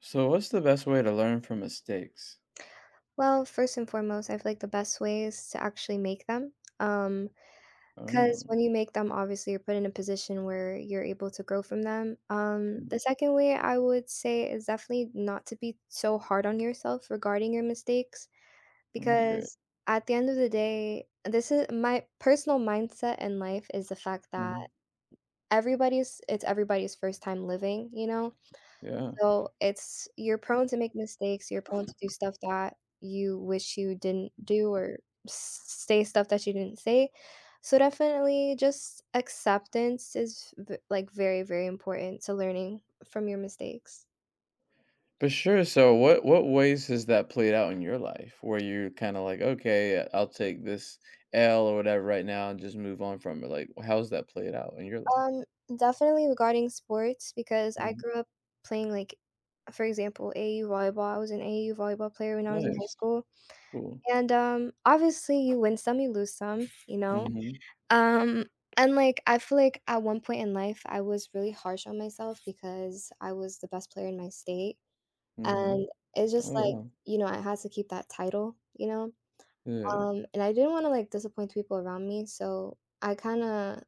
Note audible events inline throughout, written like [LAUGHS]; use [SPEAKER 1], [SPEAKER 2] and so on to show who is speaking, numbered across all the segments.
[SPEAKER 1] So, what's the best way to learn from mistakes?
[SPEAKER 2] Well, first and foremost, I feel like the best way is to actually make them. Um, because
[SPEAKER 1] Oh,
[SPEAKER 2] when you make them, obviously, you're put in a position where you're able to grow from them.
[SPEAKER 1] mm,
[SPEAKER 2] The second way I would say is definitely not to be so hard on yourself regarding your mistakes,
[SPEAKER 1] okay.
[SPEAKER 2] because at the end of the day, this is my personal mindset in life is the fact that
[SPEAKER 1] Mhm.
[SPEAKER 2] everybody's it's everybody's first time living, you know?
[SPEAKER 1] Yeah.
[SPEAKER 2] So, it's you're prone to make mistakes, you're prone to do stuff that you wish you didn't do or s say stuff that you didn't say. So, definitely just acceptance is v like, very, very important to learning from your mistakes.
[SPEAKER 1] For sure. So, what ways has that played out in your life where you're kind of like, okay, I'll take this L or whatever right now and just move on from it? Like, how's that played out in your life?
[SPEAKER 2] Um, definitely regarding sports because I
[SPEAKER 1] Mhm.
[SPEAKER 2] grew up playing, like, for example, AU volleyball. I was an AU volleyball player when I was in high
[SPEAKER 1] Nice.
[SPEAKER 2] school,
[SPEAKER 1] Cool.
[SPEAKER 2] and, obviously, you win some, you lose some, you know?
[SPEAKER 1] Mm-hmm.
[SPEAKER 2] Um, and like I feel like at one point in life I was really harsh on myself because I was the best player in my state,
[SPEAKER 1] Mm-hmm.
[SPEAKER 2] and it's
[SPEAKER 1] Oh,
[SPEAKER 2] just like,
[SPEAKER 1] wow.
[SPEAKER 2] you know, I had to keep that title, you know?
[SPEAKER 1] Yeah.
[SPEAKER 2] And I didn't wanna, like, disappoint people around me, so I kinda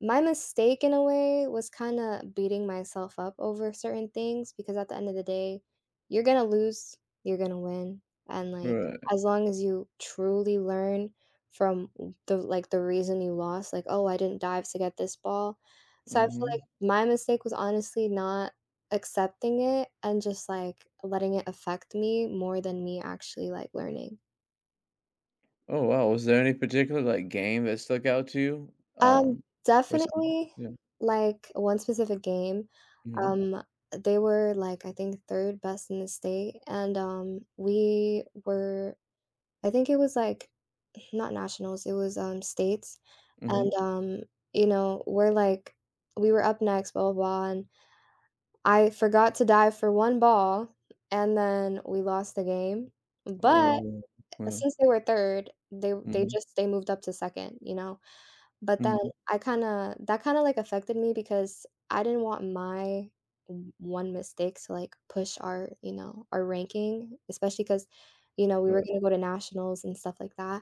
[SPEAKER 2] my mistake in a way was kinda beating myself up over certain things because at the end of the day, you're gonna lose, you're gonna win, and, like,
[SPEAKER 1] Right.
[SPEAKER 2] as long as you truly learn from w the like, the reason you lost, like, "Oh, I didn't dive to get this ball." So I feel
[SPEAKER 1] Mm-hmm.
[SPEAKER 2] like my mistake was honestly not accepting it and just, like, letting it affect me more than me actually, like, learning.
[SPEAKER 1] Oh, wow. Was there any particular like game that stuck out to you?
[SPEAKER 2] Um,
[SPEAKER 1] Or something?
[SPEAKER 2] Definitely,
[SPEAKER 1] Yeah.
[SPEAKER 2] like, one specific game.
[SPEAKER 1] Mm-hmm.
[SPEAKER 2] Um, they were like I think 3rd best in the state, and, we were I think it was like not nationals, it was, states,
[SPEAKER 1] Mm-hmm.
[SPEAKER 2] and, you know, we're like we were up next, blah, blah, blah, and I forgot to dive for 1 ball, and then we lost the game, but
[SPEAKER 1] Oh, wow.
[SPEAKER 2] since they were 3rd, they they
[SPEAKER 1] Mhm,
[SPEAKER 2] just they moved up to 2nd, you know? But then
[SPEAKER 1] mhm,
[SPEAKER 2] I kinda that kinda, like, affected me because I didn't want my one mistake to, like, push our, you know, our ranking, especially because you know, we
[SPEAKER 1] right,
[SPEAKER 2] were gonna go to nationals and stuff like that.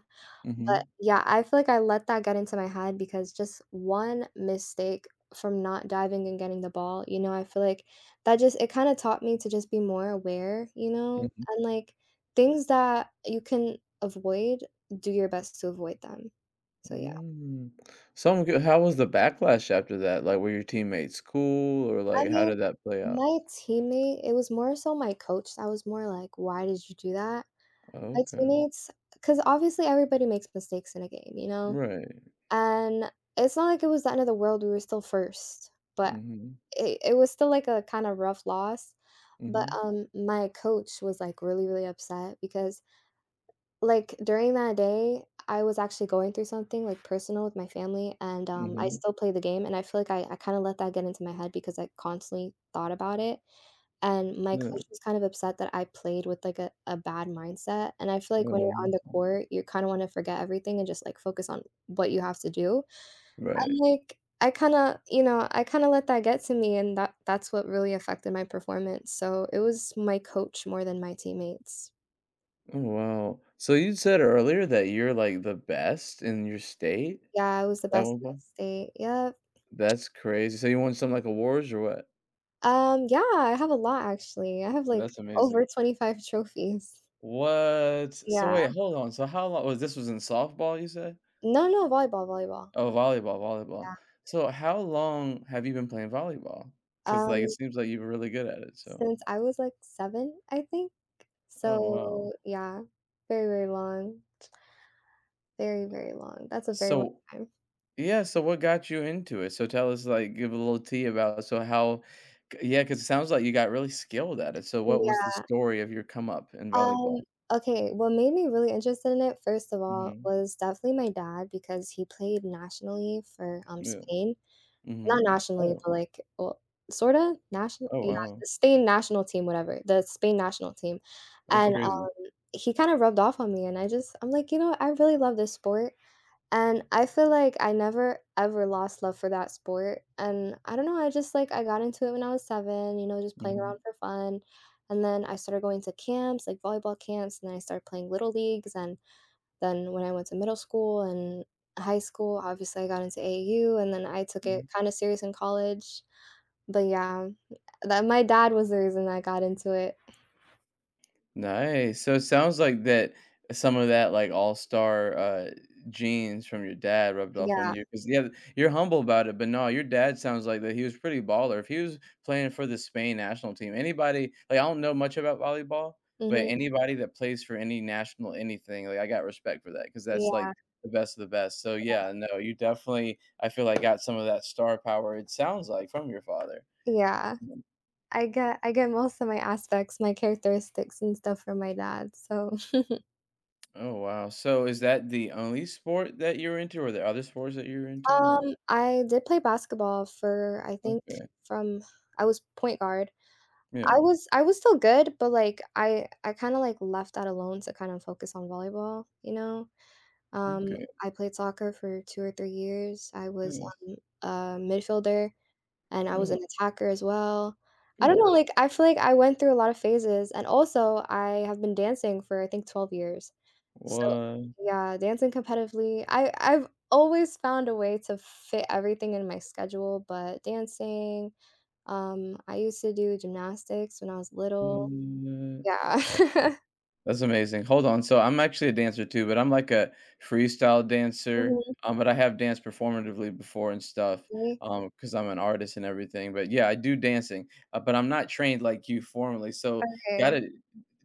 [SPEAKER 2] But,
[SPEAKER 1] mhm,
[SPEAKER 2] yeah, I feel like I let that get into my head because just one mistake from not diving and getting the ball, you know, I feel like that just it kinda taught me to just be more aware, you know,
[SPEAKER 1] mhm,
[SPEAKER 2] and, like, things that you can avoid, do your best to avoid them. So, yeah.
[SPEAKER 1] mm. So I how was the backlash after that? Like, were your teammates cool, or,
[SPEAKER 2] I
[SPEAKER 1] like, how
[SPEAKER 2] mean,
[SPEAKER 1] did that play out?
[SPEAKER 2] my teammate it was more so my coach that was more like, "Why did you do that?" My
[SPEAKER 1] Okay.
[SPEAKER 2] teammates, because obviously everybody makes mistakes in a game, you know?
[SPEAKER 1] Right.
[SPEAKER 2] And it's not like it was the end of the world, we were still 1st, but
[SPEAKER 1] Mm.
[SPEAKER 2] it was still, like, a kinda rough loss, but,
[SPEAKER 1] Mhm,
[SPEAKER 2] my coach was, like, really, really upset because, like, during that day, I was actually going through something, like, personal with my family, and,
[SPEAKER 1] mm
[SPEAKER 2] I Mhm.
[SPEAKER 1] mhm,
[SPEAKER 2] still played the game, and I feel like I kinda let that get into my head because I constantly thought about it. And my
[SPEAKER 1] mm
[SPEAKER 2] coach
[SPEAKER 1] mhm,
[SPEAKER 2] was kind of upset that I played with, like, a bad mindset, and I feel
[SPEAKER 1] yeah,
[SPEAKER 2] like when you're on the court, you kinda wanna forget everything and just, like, focus on what you have to do, and,
[SPEAKER 1] right.
[SPEAKER 2] like, I kinda you know, I kinda let that get to me, and that's what really affected my performance, so it was my coach more than my teammates.
[SPEAKER 1] Oh, wow. So you said earlier that you're, like, the best in your state
[SPEAKER 2] Yeah, I was the
[SPEAKER 1] at
[SPEAKER 2] best
[SPEAKER 1] one
[SPEAKER 2] in my
[SPEAKER 1] point?
[SPEAKER 2] state. Yep.
[SPEAKER 1] That's crazy. So you won some, like, awards or what?
[SPEAKER 2] Yeah, I have a lot, actually. I have, like,
[SPEAKER 1] That's amazing.
[SPEAKER 2] over 25 trophies.
[SPEAKER 1] What? So
[SPEAKER 2] Yeah.
[SPEAKER 1] wait, hold on. So how long was this was in softball, you said?
[SPEAKER 2] No, no, volleyball, volleyball.
[SPEAKER 1] Oh, volleyball.
[SPEAKER 2] Yeah.
[SPEAKER 1] So how long have you been playing volleyball? Because like, it
[SPEAKER 2] Um
[SPEAKER 1] seems like you were really good at it, so
[SPEAKER 2] Since I was, like, 7, I think.
[SPEAKER 1] Oh, wow.
[SPEAKER 2] So, yeah, very, very long. Very, very long. That's a very long
[SPEAKER 1] So
[SPEAKER 2] time.
[SPEAKER 1] yeah, so what got you into it? So tell us, like, give a little tea about so how c Yeah, because it sounds like you got really skilled at it. So what was the
[SPEAKER 2] Yeah,
[SPEAKER 1] story of your come up in
[SPEAKER 2] um,
[SPEAKER 1] volleyball?
[SPEAKER 2] okay, what made me really interested in it, first of all,
[SPEAKER 1] Mhm.
[SPEAKER 2] was definitely my dad because he played nationally for,
[SPEAKER 1] Yeah.
[SPEAKER 2] Spain. Not
[SPEAKER 1] Mhm.
[SPEAKER 2] nationally,
[SPEAKER 1] Oh.
[SPEAKER 2] but, like, well, sorta national
[SPEAKER 1] Oh,
[SPEAKER 2] yeah,
[SPEAKER 1] wow.
[SPEAKER 2] the Spain national team, whatever, the Spain national team,
[SPEAKER 1] That's
[SPEAKER 2] and,
[SPEAKER 1] crazy.
[SPEAKER 2] he kinda rubbed off on me, and I just I'm like, "You know, what, I really love this sport." And I feel like I never ever lost love for that sport, and I don't know, I just, like, I got into it when I was 7, you know, just playing around
[SPEAKER 1] Mhm.
[SPEAKER 2] for fun, and then I started going to camps, like volleyball camps, and then I started playing little leagues, and then when I went to middle school and high school, obviously, I got into AAU, and then I took it
[SPEAKER 1] Mhm.
[SPEAKER 2] kinda serious in college. But yeah, that my dad was the reason I got into it.
[SPEAKER 1] Nice. So it sounds like that some of that like all-star genes from your dad rubbed off on
[SPEAKER 2] Yeah,
[SPEAKER 1] you because yeah, you're humble about it, but no, your dad sounds like that he was pretty baller. If he was playing for the Spain national team, anybody like I don't know much about volleyball, but
[SPEAKER 2] mhm,
[SPEAKER 1] anybody that plays for any national anything, like I got respect for that because that's like
[SPEAKER 2] yeah,
[SPEAKER 1] the best of the best. So yeah, no, you definitely I feel like got some of that star power. It sounds like from your father.
[SPEAKER 2] yeah. I get most of my aspects, my characteristics and stuff from my dad, so
[SPEAKER 1] Oh, wow. So is that the only sport that you're into or the other sports that you're into? Or
[SPEAKER 2] I did play basketball for I think
[SPEAKER 1] okay.
[SPEAKER 2] from I was point guard.
[SPEAKER 1] Yeah.
[SPEAKER 2] I was still good, but like I kind of like left that alone to kind of focus on volleyball, you know? Um,
[SPEAKER 1] Okay.
[SPEAKER 2] I played soccer for 2 or 3 years. I was
[SPEAKER 1] Nice.
[SPEAKER 2] a midfielder and I was
[SPEAKER 1] Yeah.
[SPEAKER 2] an attacker as well. I don't
[SPEAKER 1] Cool.
[SPEAKER 2] know, like I feel like I went through a lot of phases and also I have been dancing for I think 12 years. So
[SPEAKER 1] What?
[SPEAKER 2] yeah, dancing competitively, I've always found a way to fit everything in my schedule, but dancing, I used to do gymnastics when I was little.
[SPEAKER 1] the-
[SPEAKER 2] Yeah. [LAUGHS]
[SPEAKER 1] That's amazing. Hold on. So I'm actually a dancer too, but I'm like a freestyle dancer.
[SPEAKER 2] Mhm,
[SPEAKER 1] But I have danced performatively before and stuff.
[SPEAKER 2] really?
[SPEAKER 1] Because I'm an artist and everything. But yeah, I do dancing, but I'm not trained like you formally. So
[SPEAKER 2] Okay.
[SPEAKER 1] gotta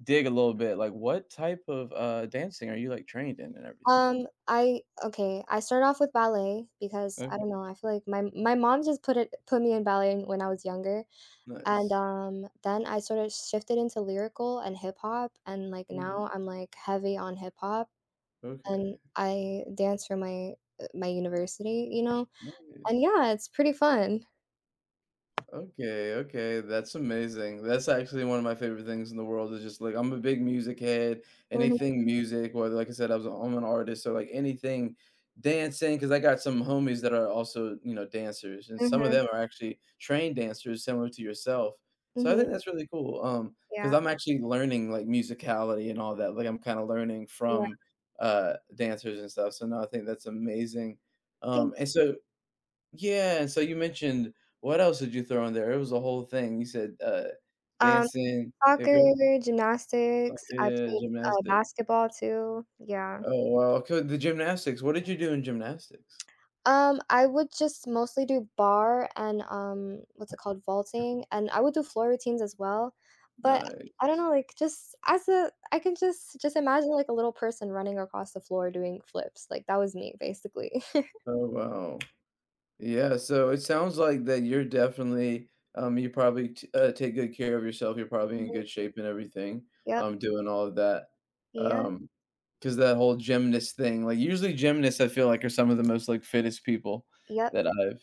[SPEAKER 1] dig a little bit. Like, what type of dancing are you like trained in and everything?
[SPEAKER 2] I okay, I started off with ballet because I don't know, I feel like my mom just put me in ballet when I was younger. And
[SPEAKER 1] Nice.
[SPEAKER 2] then I sort of shifted into lyrical and hip hop and like
[SPEAKER 1] Mhm.
[SPEAKER 2] now I'm like heavy on hip hop. And
[SPEAKER 1] Okay.
[SPEAKER 2] I dance for my my university, you know? And
[SPEAKER 1] Nice.
[SPEAKER 2] yeah, it's pretty fun.
[SPEAKER 1] Okay, okay, that's amazing. That's actually one of my favorite things in the world is just, like I'm a big music head,
[SPEAKER 2] Mhm,
[SPEAKER 1] anything music, or like I said, I'm an artist, so, like, anything dancing. Cause I got some homies that are also, you know, dancers, and some of
[SPEAKER 2] mhm,
[SPEAKER 1] them are actually trained dancers similar to yourself. So I think
[SPEAKER 2] mhm,
[SPEAKER 1] that's really cool. Because 'cause
[SPEAKER 2] yeah,
[SPEAKER 1] I'm actually learning, like, musicality and all that, like, I'm kinda learning
[SPEAKER 2] yeah.
[SPEAKER 1] from, dancers and stuff, so no, I think that's amazing.
[SPEAKER 2] Think
[SPEAKER 1] And so Yeah, and so you mentioned what else did you throw in there? It was a whole thing. You said,
[SPEAKER 2] um,
[SPEAKER 1] dancing, yeah,
[SPEAKER 2] soccer,
[SPEAKER 1] go so
[SPEAKER 2] gymnastics, I
[SPEAKER 1] yeah,
[SPEAKER 2] played,
[SPEAKER 1] gymnastic.
[SPEAKER 2] basketball too, yeah.
[SPEAKER 1] Oh, wow, okay, the gymnastics, what did you do in gymnastics?
[SPEAKER 2] I would just mostly do bar and, what's it called, vaulting, and I would do floor routines as well, but I don't
[SPEAKER 1] Nice.
[SPEAKER 2] know, like, just as a I can just imagine, like, a little person running across the floor doing flips, like, that was me, basically. [LAUGHS]
[SPEAKER 1] Oh, wow. Yeah, so it sounds like that you're definitely, you probably t take good care of yourself, you're probably in
[SPEAKER 2] Mhm,
[SPEAKER 1] good shape and everything,
[SPEAKER 2] yep.
[SPEAKER 1] doing all of that.
[SPEAKER 2] Yeah,
[SPEAKER 1] Um, because that whole gymnast thing, like, usually gymnasts I feel like are some of the most, like, fittest people
[SPEAKER 2] yep,
[SPEAKER 1] that I've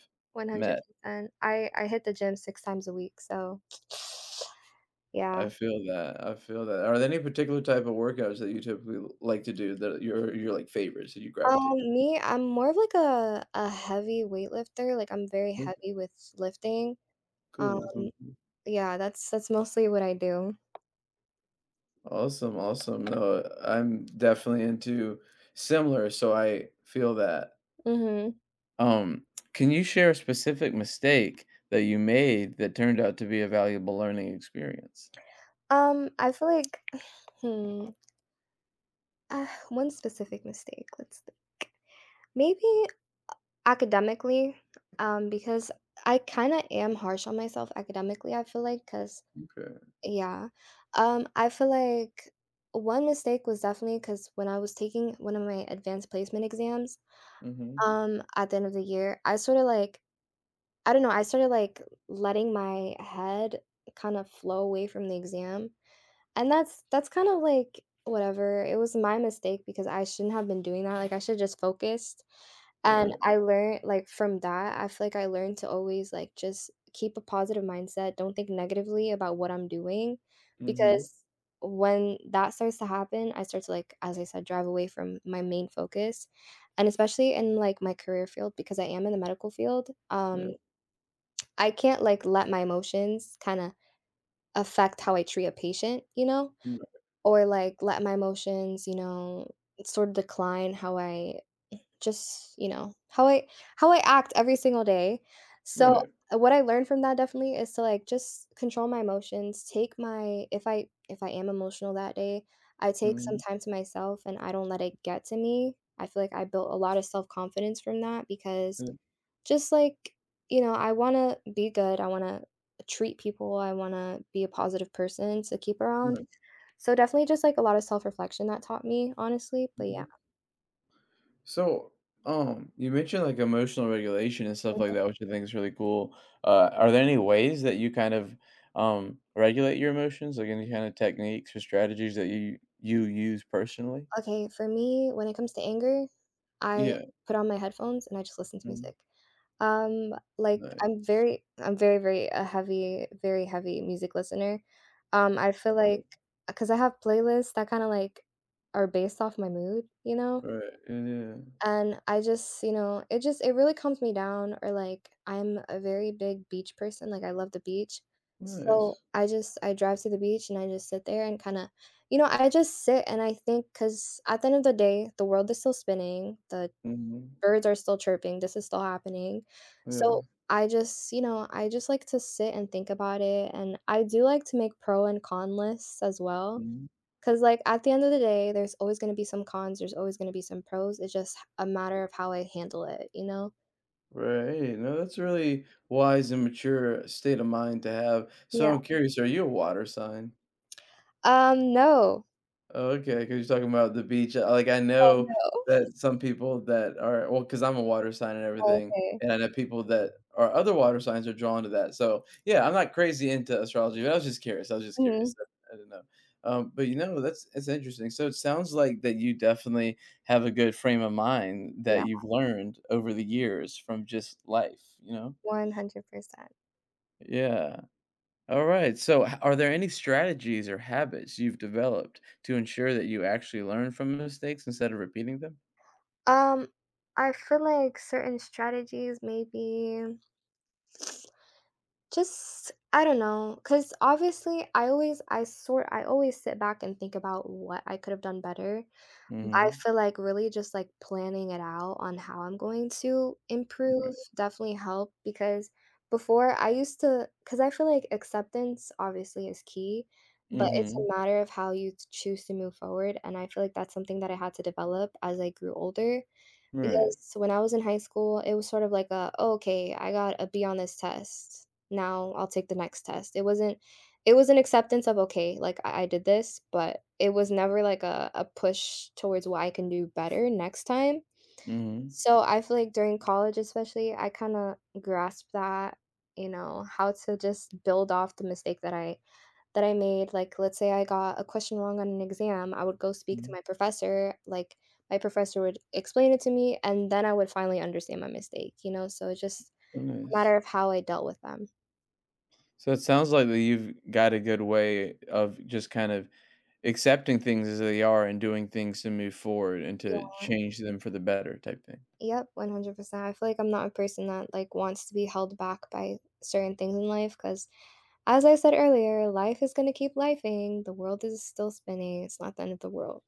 [SPEAKER 1] met.
[SPEAKER 2] 100%. I hit the gym 6 times a week, so [SNIFFS] yeah.
[SPEAKER 1] I feel that, I feel that. Are there any particular type of workouts that you typically l like to do that your, like, favorites that you gravitate to?
[SPEAKER 2] Me, I'm more of like a heavy weightlifter, like, I'm very
[SPEAKER 1] Okay,
[SPEAKER 2] heavy with lifting. Um,
[SPEAKER 1] cool, cool, cool.
[SPEAKER 2] yeah, that's mostly what I do.
[SPEAKER 1] Awesome, awesome. No, I'm definitely into similar, so I feel that.
[SPEAKER 2] Mhm.
[SPEAKER 1] Um, can you share a specific mistake that you made that turned out to be a valuable learning experience?
[SPEAKER 2] I feel like, hmm, one specific mistake, let's think. Maybe academically, because I kinda am harsh on myself academically, I feel like because.
[SPEAKER 1] Okay.
[SPEAKER 2] Yeah. I feel like one mistake was definitely because when I was taking one of my advanced placement exams,
[SPEAKER 1] Mhm.
[SPEAKER 2] at the end of the year, I sort of like, I don't know, I started like letting my head kind of flow away from the exam. And that's kind of like whatever. It was my mistake because I shouldn't have been doing that. Like I should have just focused and
[SPEAKER 1] Right.
[SPEAKER 2] I learned, like, from that, I feel like I learned to always, like, just keep a positive mindset, don't think negatively about what I'm doing,
[SPEAKER 1] Mhm.
[SPEAKER 2] because when that starts to happen, I start to, like, as I said, drive away from my main focus, and especially in, like, my career field because I am in the medical field,
[SPEAKER 1] Yeah.
[SPEAKER 2] I can't, like, let my emotions kinda affect how I treat a patient, you know,
[SPEAKER 1] Right.
[SPEAKER 2] or, like, let my emotions, you know, sort of decline how I just, you know, how I act every single day. So,
[SPEAKER 1] Right.
[SPEAKER 2] what I learned from that definitely is to, like, just control my emotions, take my if I am emotional that day, I take some
[SPEAKER 1] Mhm.
[SPEAKER 2] Mhm. time to myself and I don't let it get to me. I feel like I built a lot of self-confidence from that because
[SPEAKER 1] Yeah.
[SPEAKER 2] just like, you know, I wanna be good, I wanna treat people, I wanna be a positive person to keep around.
[SPEAKER 1] Right.
[SPEAKER 2] So, definitely just, like, a lot of self-reflection that taught me, honestly, but yeah.
[SPEAKER 1] Mhm. So, you mentioned like emotional regulation and stuff like that, which I think is really cool. Are there any ways that you kind of regulate your emotions, like any kind of techniques or strategies that you use personally?
[SPEAKER 2] Okay, for me, when it comes to anger, I
[SPEAKER 1] Yeah.
[SPEAKER 2] put on my headphones and I just listen to
[SPEAKER 1] Mhm.
[SPEAKER 2] music. Um, like
[SPEAKER 1] Nice.
[SPEAKER 2] I'm very, very a heavy, very heavy music listener. I feel
[SPEAKER 1] Okay.
[SPEAKER 2] like because I have playlists that kind of like are based off my mood, you know?
[SPEAKER 1] Right. Yeah. Yeah.
[SPEAKER 2] And I just, you know, it really calms me down or, like, I'm a very big beach person, like, I love the beach. So,
[SPEAKER 1] Nice.
[SPEAKER 2] I just I drive to the beach and I just sit there and kinda I just sit and I think, cause at the end of the day, the world is still spinning, the
[SPEAKER 1] Hmm.
[SPEAKER 2] birds are still chirping, this is still happening.
[SPEAKER 1] Yeah.
[SPEAKER 2] So, I just like to sit and think about it, and I do like to make pro and con lists as well.
[SPEAKER 1] Hmm.
[SPEAKER 2] 'Cause, like, at the end of the day, there's always gonna be some cons, there's always gonna be some pros, it's just a matter of how I handle it, you know?
[SPEAKER 1] Right. No, that's a really wise and mature state of mind to have. So
[SPEAKER 2] Yeah.
[SPEAKER 1] I'm curious, are you a water sign?
[SPEAKER 2] No.
[SPEAKER 1] Okay, because 'cause you're talking about the beach, like, I
[SPEAKER 2] Oh,
[SPEAKER 1] know
[SPEAKER 2] no.
[SPEAKER 1] that some people that are well, because 'cause I'm a water sign and everything,
[SPEAKER 2] Okay.
[SPEAKER 1] and I know people that are other water signs are drawn to that, so, yeah, I'm not crazy into astrology, but I was just
[SPEAKER 2] Mhm.
[SPEAKER 1] curious, I didn't know. But, you know, that's it's interesting, so it sounds like that you definitely have a good frame of mind
[SPEAKER 2] Yeah,
[SPEAKER 1] that you've learned over the years from just life, you know?
[SPEAKER 2] 100%.
[SPEAKER 1] Yeah. All right. So, are there any strategies or habits you've developed to ensure that you actually learn from mistakes instead of repeating them?
[SPEAKER 2] Um, I feel like certain strategies maybe just I don't know. Cause obviously I always sit back and think about what I could have done better.
[SPEAKER 1] Mm-hmm.
[SPEAKER 2] I feel like really just like planning it out on how I'm going to improve
[SPEAKER 1] Right.
[SPEAKER 2] definitely helped because before I used to, because I feel like acceptance obviously is key, but it's
[SPEAKER 1] Mm-hmm.
[SPEAKER 2] a matter of how you choose to move forward. And I feel like that's something that I had to develop as I grew older
[SPEAKER 1] Right.
[SPEAKER 2] because so when I was in high school, it was sort of like a, "Oh, okay, I got a B on this test. Now I'll take the next test." It wasn't it was an acceptance of, "Okay, like, I did this," but it was never like a push towards what I can do better next time.
[SPEAKER 1] Mm-hmm.
[SPEAKER 2] So I feel like during college especially, I kinda grasped that, you know, how to just build off the mistake that I made, like, let's say I got a question wrong on an exam, I would go speak to
[SPEAKER 1] Mm.
[SPEAKER 2] my professor, like, my professor would explain it to me, and then I would finally understand my mistake, you know? So it's just a
[SPEAKER 1] Nice.
[SPEAKER 2] matter of how I dealt with them.
[SPEAKER 1] So it sounds like that you've got a good way of just kind of accepting things as they are and doing things to move forward and to
[SPEAKER 2] Yeah.
[SPEAKER 1] change them for the better type thing.
[SPEAKER 2] Yep, 100%. I feel like I'm not a person that, like, wants to be held back by certain things in life, because as I said earlier, life is gonna keep lifing, the world is still spinning, it's not the end of the world.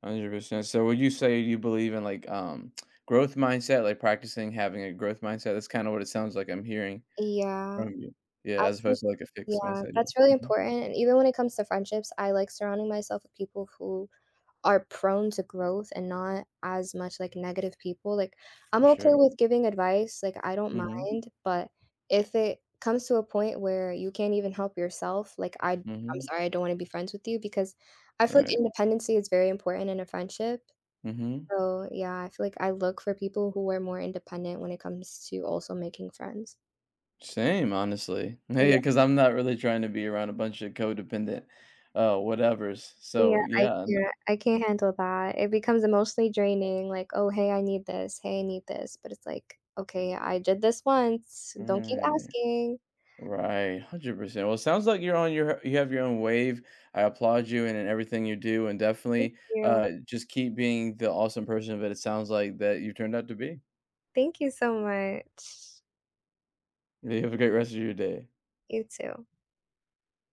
[SPEAKER 1] 100%. So would you say you believe in like growth mindset, like practicing having a growth mindset? That's kind of what it sounds like I'm hearing
[SPEAKER 2] Yeah.
[SPEAKER 1] from you. Yeah,
[SPEAKER 2] I
[SPEAKER 1] as
[SPEAKER 2] think
[SPEAKER 1] opposed to, like, a fixed
[SPEAKER 2] yeah,
[SPEAKER 1] mindset,
[SPEAKER 2] that's
[SPEAKER 1] yeah.
[SPEAKER 2] really
[SPEAKER 1] Mhm.
[SPEAKER 2] important, and even when it comes to friendships, I like surrounding myself with people who are prone to growth and not as much like negative people. Like I'm
[SPEAKER 1] For
[SPEAKER 2] okay
[SPEAKER 1] sure.
[SPEAKER 2] with giving advice, like I don't
[SPEAKER 1] Mhm.
[SPEAKER 2] mind, but if it comes to a point where you can't even help yourself, like I'm
[SPEAKER 1] Mhm.
[SPEAKER 2] sorry, I don't want to be friends with you because I feel like
[SPEAKER 1] Right.
[SPEAKER 2] independency is very important in a friendship.
[SPEAKER 1] Mhm.
[SPEAKER 2] So yeah, I feel like I look for people who are more independent when it comes to also making friends.
[SPEAKER 1] Same, honestly. [LAUGHS] Yeah, because 'cause I'm not really trying to be around a bunch of codependent, whatevers.
[SPEAKER 2] Yeah,
[SPEAKER 1] So, yeah, n
[SPEAKER 2] I can't handle that. It becomes emotionally draining, like, "Oh, hey, I need this. Hey, I need this." But it's like, "Okay, I did this once. Don't keep
[SPEAKER 1] right.
[SPEAKER 2] asking.
[SPEAKER 1] Right, 100%. Well, it sounds like you're on you have your own wave. I applaud you and in everything you do, and
[SPEAKER 2] Thank
[SPEAKER 1] definitely,
[SPEAKER 2] you.
[SPEAKER 1] just keep being the awesome person that it sounds like that you turned out to be.
[SPEAKER 2] Thank you so much.
[SPEAKER 1] You have a great rest of your day.
[SPEAKER 2] You too."